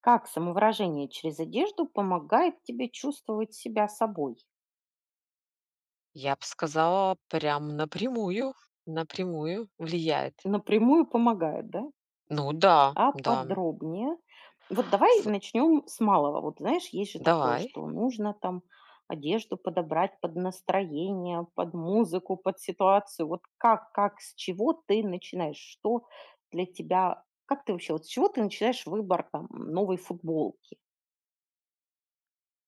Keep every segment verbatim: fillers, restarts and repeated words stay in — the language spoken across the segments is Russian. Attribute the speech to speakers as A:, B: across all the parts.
A: Как самовыражение через одежду помогает тебе чувствовать себя собой?
B: Я бы сказала, прям напрямую, напрямую влияет.
A: Напрямую помогает, да?
B: Ну да,
A: А
B: да.
A: подробнее? Вот давай
B: С
A: начнем с малого. Вот знаешь, есть же такое,
B: Давай.
A: что нужно там одежду подобрать под настроение, под музыку, под ситуацию. Вот как, как, с чего ты начинаешь? Что для тебя, как ты вообще, вот с чего ты начинаешь выбор там новой футболки?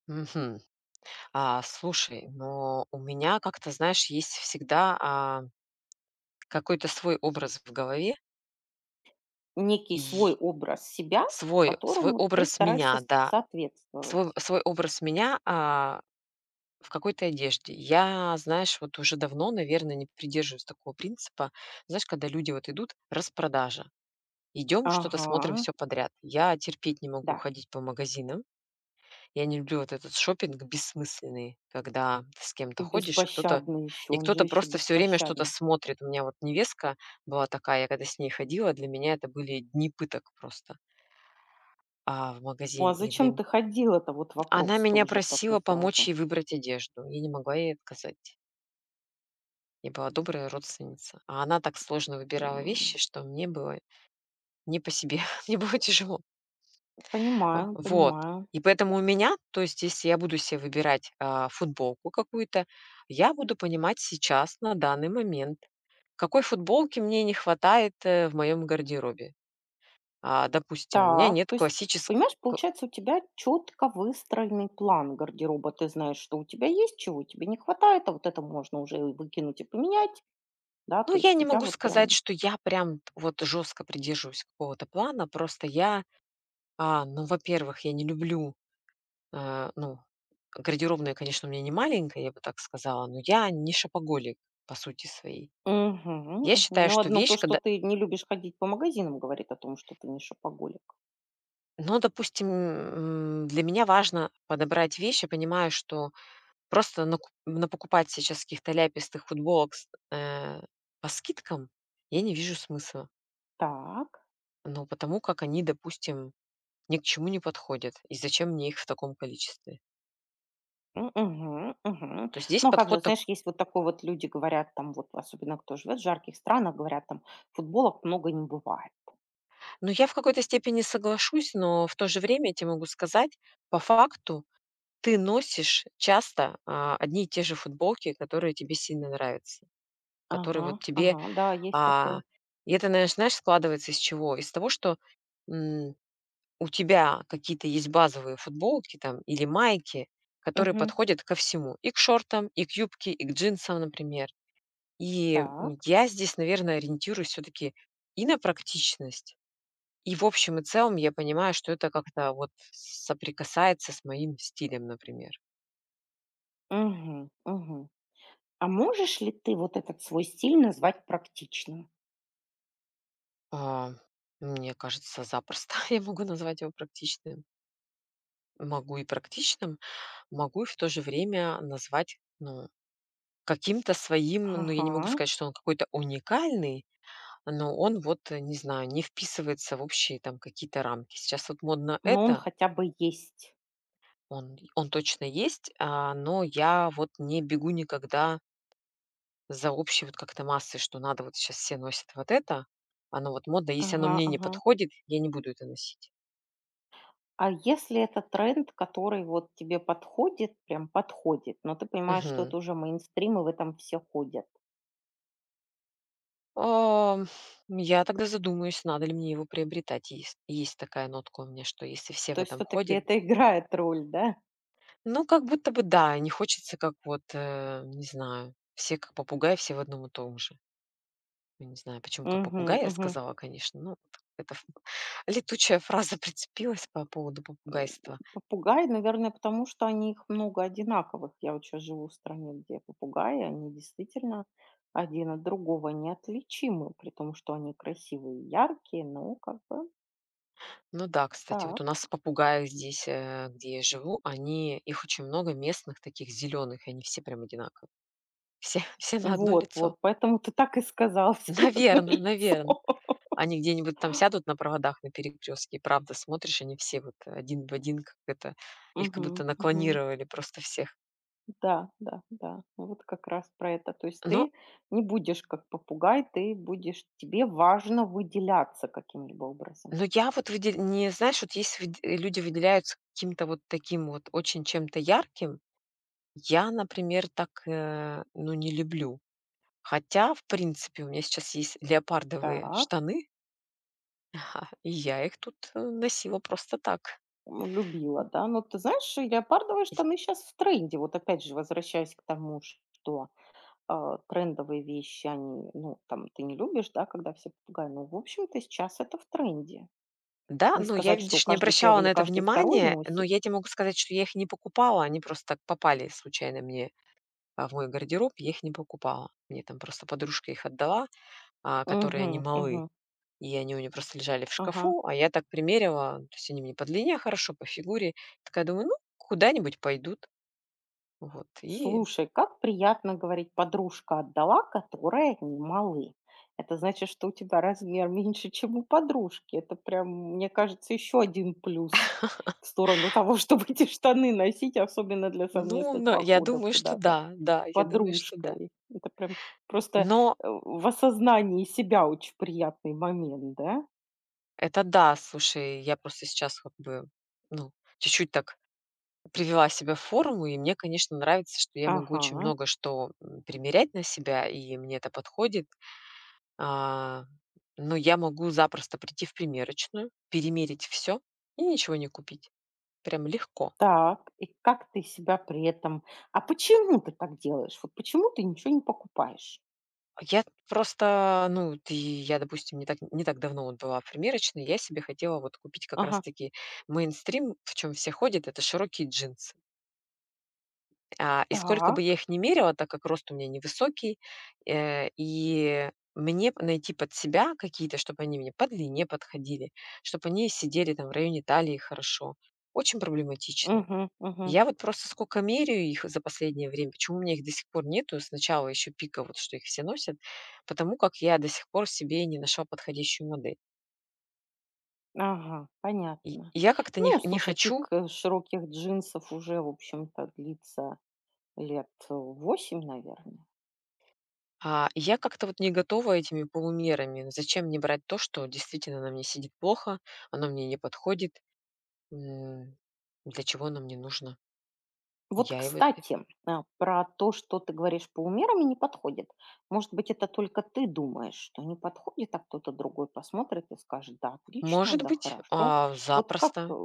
B: Мгм. А, слушай, но у меня как-то, знаешь, есть всегда, а, какой-то свой образ в голове
A: Некий свой
B: и
A: образ себя,
B: свой свой
A: которому ты
B: образ
A: стараешься
B: меня, да. Свой
A: соответствовать.
B: свой образ меня, а, в какой-то одежде. Я, знаешь, вот уже давно, наверное, не придерживаюсь такого принципа. Знаешь, когда люди вот идут: распродажа. Идем, что-то смотрим,
A: Ага,
B: все подряд. Я терпеть не могу
A: да.
B: ходить по магазинам. Я не люблю вот этот шопинг бессмысленный, когда ты с кем-то
A: И
B: ходишь, и кто-то
A: беспощадный еще,
B: и
A: он же
B: кто-то
A: еще
B: просто все время что-то
A: беспощадный.
B: смотрит. У меня вот невестка была такая, я когда с ней ходила, для меня это были дни пыток просто, а, в
A: Ну,
B: магазин.
A: а
B: И для
A: зачем
B: м
A: ты ходила-то? Вот
B: Она
A: вопрос
B: меня
A: тоже
B: просила
A: такой
B: помочь
A: сразу.
B: ей выбрать одежду. Я не могла ей отказать. Я была добрая родственница. А она так сложно выбирала вещи,
A: М,
B: что мне было не по себе, мне было тяжело. А,
A: Понимаю,
B: вот.
A: понимаю.
B: И поэтому у меня, то есть если я буду себе выбирать, а, футболку какую-то, я буду понимать сейчас, на данный момент, какой футболки мне не хватает, э, в моем гардеробе. А, допустим, у меня
A: Так,
B: нет
A: то есть,
B: классической.
A: понимаешь, получается, у тебя четко выстроенный план гардероба. Ты знаешь, что у тебя есть, чего тебе не хватает, а вот это можно уже и выкинуть и поменять, да,
B: Ну,
A: то
B: я
A: есть
B: не
A: у тебя
B: могу
A: вот
B: сказать,
A: прям...
B: что я прям вот жестко придерживаюсь какого-то плана. Просто я, а, ну, во-первых, я не люблю, э, ну, гардеробная, конечно, у меня не маленькая, я бы так сказала, но я не шопоголик по сути своей.
A: Мгм,
B: Я
A: мгм.
B: считаю,
A: Ну,
B: что
A: одно то,
B: вещь,
A: что
B: когда.
A: ты не любишь ходить по магазинам, говорит о том, что ты не шопоголик.
B: Но, допустим, м, для меня важно подобрать вещи. Понимаю, что просто наку- напокупать сейчас каких-то ляпистых футболок с, э, по скидкам я не вижу смысла.
A: Так.
B: Ну, потому как они, допустим, ни к чему не подходят. И зачем мне их в таком количестве?
A: М, мгм, мгм.
B: То есть здесь
A: Но как же,
B: подход
A: знаешь,
B: такой.
A: есть вот такой вот, люди говорят там, вот особенно кто живет в жарких странах, говорят там: "Футболок много не бывает".
B: Ну, я в какой-то степени соглашусь, но в то же время я тебе могу сказать, по факту ты носишь часто а, одни и те же футболки, которые тебе сильно нравятся, которые
A: Ага,
B: вот тебе.
A: ага, да, есть
B: А,
A: такое.
B: и это, наверное, знаешь, складывается из чего? Из того, что, м, у тебя какие-то есть базовые футболки там или майки, которые
A: Мгм.
B: подходят ко всему: и к шортам, и к юбке, и к джинсам, например. И, м,
A: Так.
B: я здесь, наверное, ориентируюсь все таки и на практичность, и в общем и целом я понимаю, что это как-то вот соприкасается с моим стилем, например.
A: Мгм, мгм. А можешь ли ты вот этот свой стиль назвать практичным?
B: А, Мне кажется, запросто я могу назвать его практичным. Могу и практичным. могу и в то же время назвать, ну, каким-то своим, ну, я не могу
A: Ага,
B: сказать, что он какой-то уникальный, но он вот, э, не знаю, не вписывается в общие там какие-то рамки. Сейчас вот модно
A: но он
B: это.
A: хотя бы есть.
B: Он, он точно есть, а, но я вот не бегу никогда за общей вот как-то массой, что надо вот сейчас все носят вот это, оно вот модно, если оно
A: Ага,
B: мне не
A: ага.
B: подходит, я не буду это носить.
A: А если это тренд, который вот тебе подходит, прям подходит, но ты понимаешь, что
B: Мгм.
A: это уже мейнстрим и в этом все ходят?
B: Ам, я тогда задумаюсь, надо ли мне его приобретать. Есть есть такая нотка у меня, что если все в
A: То есть
B: этом
A: все таки
B: ходят,
A: это играет роль, да?
B: ну, как будто бы да, не хочется, как вот, э, не знаю, все как попугаи, все в одном и том же. Ну, не знаю, почему как
A: Мгм,
B: попугай я
A: мгм.
B: сказала, конечно, ну, это ф летучая фраза прицепилась по поводу
A: М,
B: попугайства.
A: Попугай, наверное, потому что они их много одинаковых. Я вот щас живу в стране, где попугаи, они действительно один от другого неотличимы, при том, что они красивые и яркие, но как бы
B: Ну да, кстати, вот
A: так.
B: у нас попугаи здесь, э, где я живу, они их очень много местных таких зеленых, и они все прям одинаковые. Все все на одно
A: Вот,
B: лицо.
A: вот, поэтому ты так и сказал всё на одно
B: Наверно,
A: лицо.
B: наверно. Они где-нибудь там сядут на проводах на перекрестке, и правда смотришь, они все вот один в один, как это, их как
A: Мгм,
B: будто
A: мгм.
B: наклонировали просто всех.
A: Да, да, да. Ну, Вот как раз про это. То есть
B: Но
A: ты не будешь как попугай, ты будешь, тебе важно выделяться каким-либо образом.
B: но я вот выдел не знаешь, вот есть выд люди выделяются каким-то вот таким вот очень чем-то ярким. Я, например, так, э, ну, не люблю. Хотя, в принципе, у меня сейчас есть леопардовые
A: Так,
B: штаны, и я их тут, э, носила просто так.
A: м, любила, да. Но ты знаешь, и леопардовые штаны сейчас в тренде. Вот опять же, возвращаясь к тому, что а, трендовые вещи, они, ну, там, ты не любишь, да, когда все попугаи. Ну, в общем-то, сейчас это в тренде.
B: Да,
A: Не
B: ну, я,
A: сказать, что
B: видишь, не
A: каждый
B: обращала
A: первый или
B: на это
A: каждый второй
B: внимания, но
A: носит.
B: я тебе могу сказать, что я их не покупала, они просто так попали случайно мне, а, в мой гардероб, я их не покупала. Мне там просто подружка их отдала, а, которые
A: Угу,
B: они малы,
A: угу,
B: и они у нее просто лежали в
A: ага.
B: шкафу, а я так примерила, то есть они мне по длине хорошо, по фигуре. Такая думаю, ну, куда-нибудь пойдут. Вот, и,
A: Слушай, как приятно говорить «подружка отдала, которая не малы». Это значит, что у тебя размер меньше, чем у подружки. Это прям, мне кажется, еще один плюс в сторону того, чтобы эти штаны носить, особенно для
B: ну,
A: совместных
B: но я
A: походов
B: думаю, что
A: куда-то
B: да, да,
A: с
B: я думаю, что да.
A: подружкой. Это прям просто э,
B: Но
A: в осознании себя очень приятный момент, да?
B: это да, слушай, я просто сейчас как бы, ну, чуть-чуть так привела себе форму, и мне, конечно, нравится, что я могу очень
A: Ага.
B: много что, м, примерять на себя, и мне это подходит. А, но я могу запросто прийти в примерочную, перемерить все и ничего не купить. Прям легко.
A: Так, и как ты себя при этом... А почему ты так делаешь? Вот почему ты ничего не покупаешь?
B: Я просто, ну, вот и я, допустим, не так не так давно вот была в примерочной, я себе хотела вот купить как раз
A: Ага.
B: таки мейнстрим, в чем все ходят- это широкие джинсы. А, и сколько бы я
A: Так.
B: их не мерила, так как рост у меня невысокий, э, и мне п найти под себя какие-то, чтобы они мне по длине подходили, чтобы они сидели там в районе талии хорошо, очень проблематично.
A: Мгм, мгм.
B: Я вот просто сколько меряю их за последнее время, почему у меня их до сих пор нету, сначала еще пика, вот что их все носят, потому как я до сих пор себе не нашла подходящую модель.
A: Ага,
B: И
A: понятно.
B: я как-то не х
A: Ну,
B: не
A: слушай,
B: хочу.
A: пик, э, широких джинсов уже, в общем-то, длится лет э, восемь, наверное.
B: А, я как-то вот не готова этими полумерами. Зачем мне брать то, что действительно на мне сидит плохо, оно мне не подходит? М, Для чего оно мне нужно?
A: Вот,
B: Я его д
A: кстати, а, про то, что ты говоришь, по полумерами не подходит. Может быть, это только ты думаешь, что не подходит, а кто-то другой посмотрит и скажет, да, отлично,
B: Может
A: да,
B: быть,
A: хорошо.
B: а,
A: Вот как, э,
B: запросто.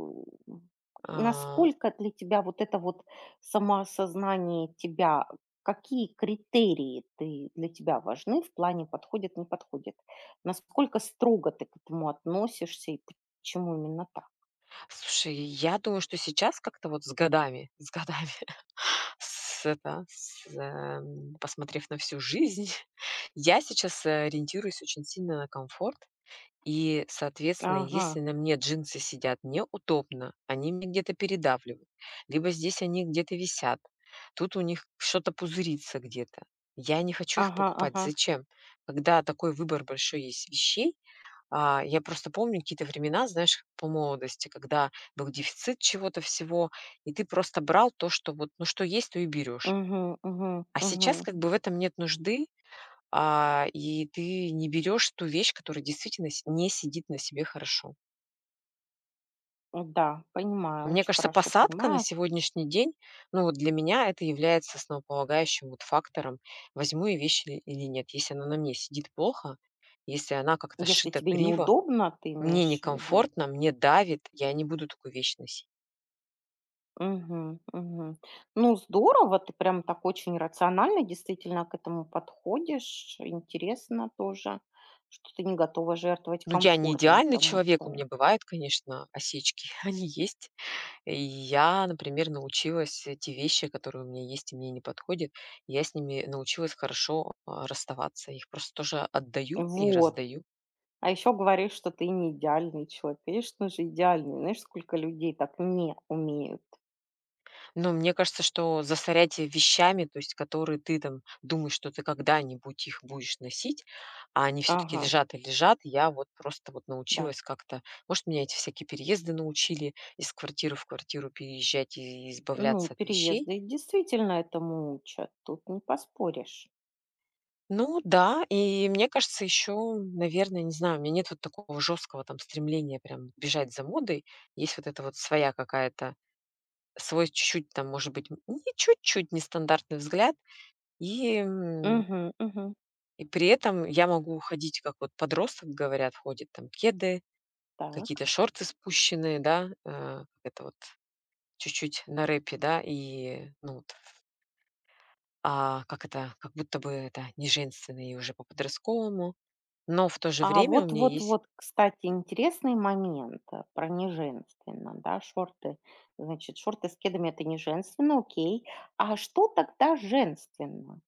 B: А,
A: насколько для тебя вот это вот самоосознание тебя, какие критерии ты, для тебя важны в плане подходит, не подходит? Насколько строго ты к этому относишься и почему именно так?
B: Слушай, я думаю, что сейчас как-то вот с годами, с годами, с это, с, эм, посмотрев на всю жизнь, я сейчас э, ориентируюсь очень сильно на комфорт. И, соответственно,
A: Ага,
B: если на мне джинсы сидят неудобно, они мне где-то передавливают, либо здесь они где-то висят, тут у них что-то пузырится где-то. Я не хочу их
A: ага,
B: покупать.
A: ага.
B: Зачем? Когда такой выбор большой есть вещей, а, я просто помню какие-то времена, знаешь, по молодости, когда был дефицит чего-то всего, и ты просто брал то, что вот, ну что есть, то и берешь.
A: угу, угу,
B: А сейчас
A: мгм.
B: как бы в этом нет нужды, а, и ты не берешь ту вещь, которая действительно с не сидит на себе хорошо.
A: Э, Да, понимаю,
B: Мне
A: очень
B: кажется,
A: хорошо
B: посадка на
A: понимаю.
B: сегодняшний день, ну, вот для меня это является основополагающим вот фактором, возьму я вещь или или нет. Если она на мне сидит плохо, если она как-то
A: Если
B: сшита
A: тебе
B: криво,
A: неудобно, ты
B: мне
A: имеешь в виду.
B: некомфортно, мне давит, я не буду такую вещь носить.
A: Мгм, мгм. Ну, здорово, ты прям так очень рационально действительно к этому подходишь. Интересно тоже, что ты не готова жертвовать
B: Ну, я не
A: комфортом,
B: идеальный
A: потому
B: человек, у
A: что...
B: меня бывают, конечно, осечки, они есть. И я, например, научилась, э, те вещи, которые у меня есть и мне не подходят, я с ними научилась хорошо, а, расставаться. Их просто тоже отдаю и
A: Вот.
B: раздаю.
A: А еще говоришь, что ты не идеальный человек. Конечно же, идеальный. Знаешь, сколько людей так не умеют.
B: Но мне кажется, что засорять вещами, то есть которые ты там думаешь, что ты когда-нибудь их будешь носить, а они все таки
A: Ага,
B: лежат и лежат, я вот просто вот
A: да.
B: научилась как-то. Может, меня эти всякие переезды научили из квартиры в квартиру переезжать и
A: Ну,
B: избавляться от вещей.
A: переезды действительно этому учат. Тут не поспоришь.
B: Ну да, и мне кажется, еще, наверное, не знаю, у меня нет вот такого жесткого там стремления прям бежать за модой. Есть вот эта вот своя какая-то, свой чуть-чуть там, может быть, м, не чуть-чуть нестандартный взгляд. И, м,
A: Мгм, мгм.
B: и при этом я могу ходить, как вот подросток, говорят, ходит там кеды,
A: Так.
B: какие-то шорты спущенные, да, э, как это вот чуть-чуть на рэпе, да, и, ну, вот, а как это, как будто бы это не женственно и уже по-подростковому. Но в то же
A: А
B: время у
A: вот
B: меня
A: вот
B: есть.
A: вот, кстати, интересный момент, э, про неженственно, да, шорты. Значит, шорты с кедами- это не женственно, окей. А что тогда женственно?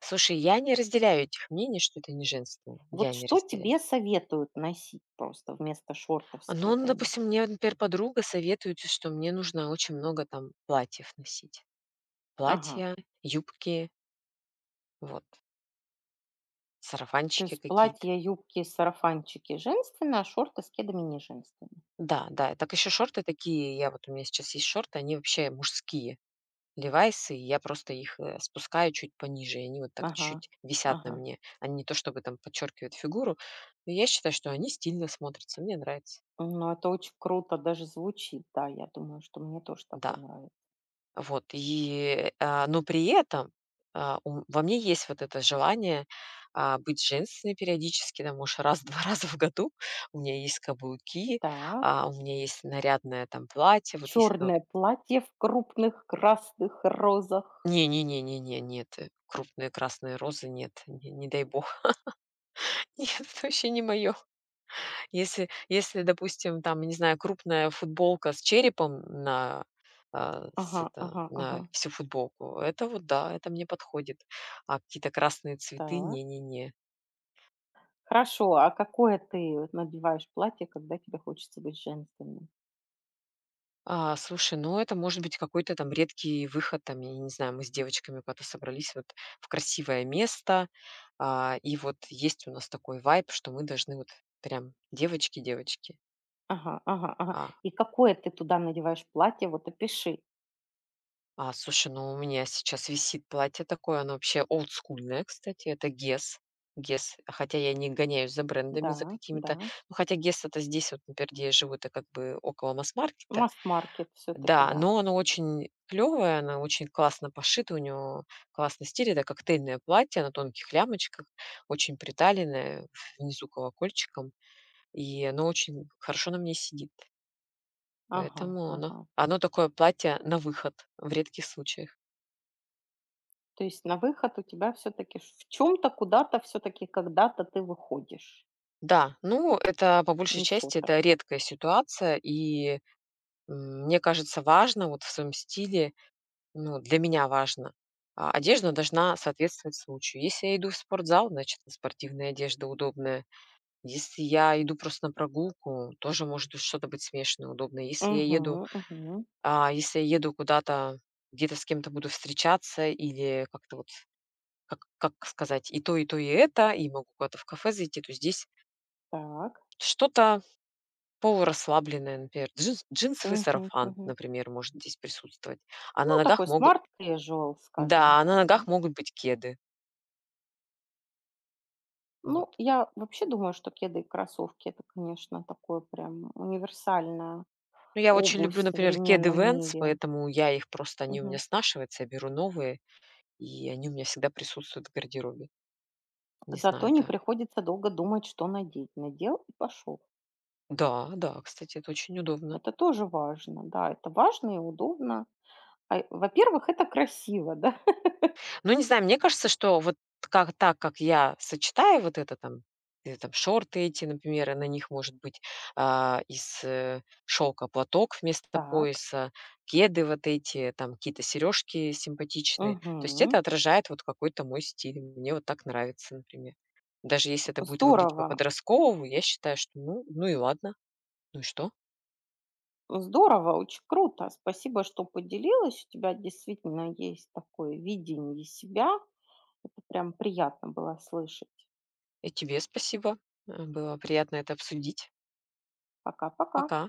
B: Слушай, я не разделяю этих мнений, что это не женственно. Я
A: Вот
B: не
A: что
B: разделяю.
A: тебе советуют носить просто вместо шортов
B: А,
A: с
B: Но, ну,
A: кедами?
B: допустим, мне, вот, например, подруга советует, что мне нужно очень много там платьев носить.
A: Ага.
B: Платья, юбки, вот,
A: То
B: сарафанчики
A: есть
B: какие-то.
A: платья, юбки, сарафанчики женственно, а шорты с кедами не женственно.
B: Да, да, так еще шорты такие, я вот у меня сейчас есть шорты, они вообще мужские. Левайсы, и я просто их э, спускаю чуть пониже, и они вот так
A: Ага,
B: чуть-чуть висят на
A: ага.
B: мне. Они не то чтобы там подчеркивают фигуру, но я считаю, что они стильно смотрятся, мне нравится.
A: Ну, это очень круто даже звучит. Да, я думаю, что мне тоже такое
B: Да.
A: нравится.
B: Вот и, а, но при этом, а, у во мне есть вот это желание, а, быть женственной периодически, там, может, раз два раза в году. У меня есть каблуки,
A: Так.
B: а, у меня есть нарядное там платье. Вот если, одно.
A: Черное платье в крупных красных розах.
B: Не не не не не, нет, э, крупные красные розы, нет, не не дай бог. Нет, это вообще не мое. Если если, допустим, там, не знаю, крупная футболка с черепом на, а, с
A: Ага,
B: это,
A: ага, ага.
B: на всю футболку, это вот да, это мне подходит. А какие-то красные цветы-
A: Так.
B: не не не.
A: Хорошо, а какое ты вот надеваешь платье, когда тебе хочется быть женственной?
B: А, слушай, ну, это может быть какой-то там редкий выход, там, я не знаю, мы с девочками куда-то собрались вот в красивое место, а, и вот есть у нас такой вайб, что мы должны вот прям девочки-девочки,
A: Ага, ага, ага.
B: а
A: И какое ты туда надеваешь платье? Вот опиши.
B: А, слушай, ну у меня сейчас висит платье такое, оно вообще олдскульное, кстати, это Guess. Guess, хотя я не гоняюсь за брендами,
A: Да,
B: за
A: да.
B: какими-то. Ну, хотя Guess это здесь, вот, например, где я живу, это как бы около масс-маркета.
A: Масс-маркет все-таки,
B: Да,
A: да.
B: но оно очень клевое, оно очень классно пошито, у него классный стиль. Это коктейльное платье на тонких лямочках, очень приталенное, внизу колокольчиком. И оно очень хорошо на мне сидит.
A: Ага,
B: Поэтому оно,
A: ага.
B: оно такое платье на выход в редких случаях.
A: То есть на выход у тебя все-таки в чем-то куда-то все-таки когда-то ты выходишь,
B: Да, ну, это по большей
A: не в
B: части
A: шортах.
B: это редкая ситуация, и, м, мне кажется, важно вот в своем стиле, ну, для меня важно, а, одежда должна соответствовать случаю. Если я иду в спортзал, значит, спортивная одежда удобная. Если я иду просто на прогулку, тоже может быть что-то быть смешанное, удобное. Если я еду,
A: Угу, угу.
B: а, если я еду куда-то, где-то с кем-то буду встречаться или как-то вот, как как сказать, и то, и то, и это, и могу куда-то в кафе зайти, то здесь
A: Так.
B: что-то полурасслабленная, например, джинс джинсовый
A: Угу,
B: сарафан,
A: угу.
B: например, может здесь присутствовать, а на
A: Ну,
B: ногах
A: такой
B: могут,
A: smart casual,
B: да,
A: скажем
B: а на
A: так, да.
B: ногах могут быть кеды. Вот.
A: Ну, я вообще думаю, что кеды и кроссовки- это, конечно, такое прям универсальная
B: Ну, я очень
A: обувь в
B: люблю, например, кеды
A: современном
B: венс,
A: мире.
B: поэтому я их просто они у меня
A: Мгм.
B: снашиваются, я беру новые, и они у меня всегда присутствуют в гардеробе. Не
A: Зато
B: знаю,
A: не
B: да.
A: приходится долго думать, что надеть. Надел и пошел.
B: Да, да, кстати, это очень удобно.
A: Это тоже важно. Да, это важно и удобно. А, во-первых, это красиво, да.
B: Ну, не знаю, мне кажется, что вот как так, как я сочетаю вот это там, э, там шорты эти, например, и на них может быть, а, из э, шелка платок вместо
A: Так.
B: пояса, кеды вот эти, там какие-то сережки симпатичные. То есть
A: Мгм.
B: это отражает вот какой-то мой стиль. Мне вот так нравится, например. Даже если это будет выглядеть
A: Здорово.
B: по-подростковому, я считаю, что ну ну и ладно. Ну и что?
A: Здорово, очень круто. Спасибо, что поделилась. У тебя действительно есть такое видение себя. Это прям приятно было слышать.
B: И тебе спасибо. Э, было приятно это обсудить.
A: Пока-пока.
B: Пока.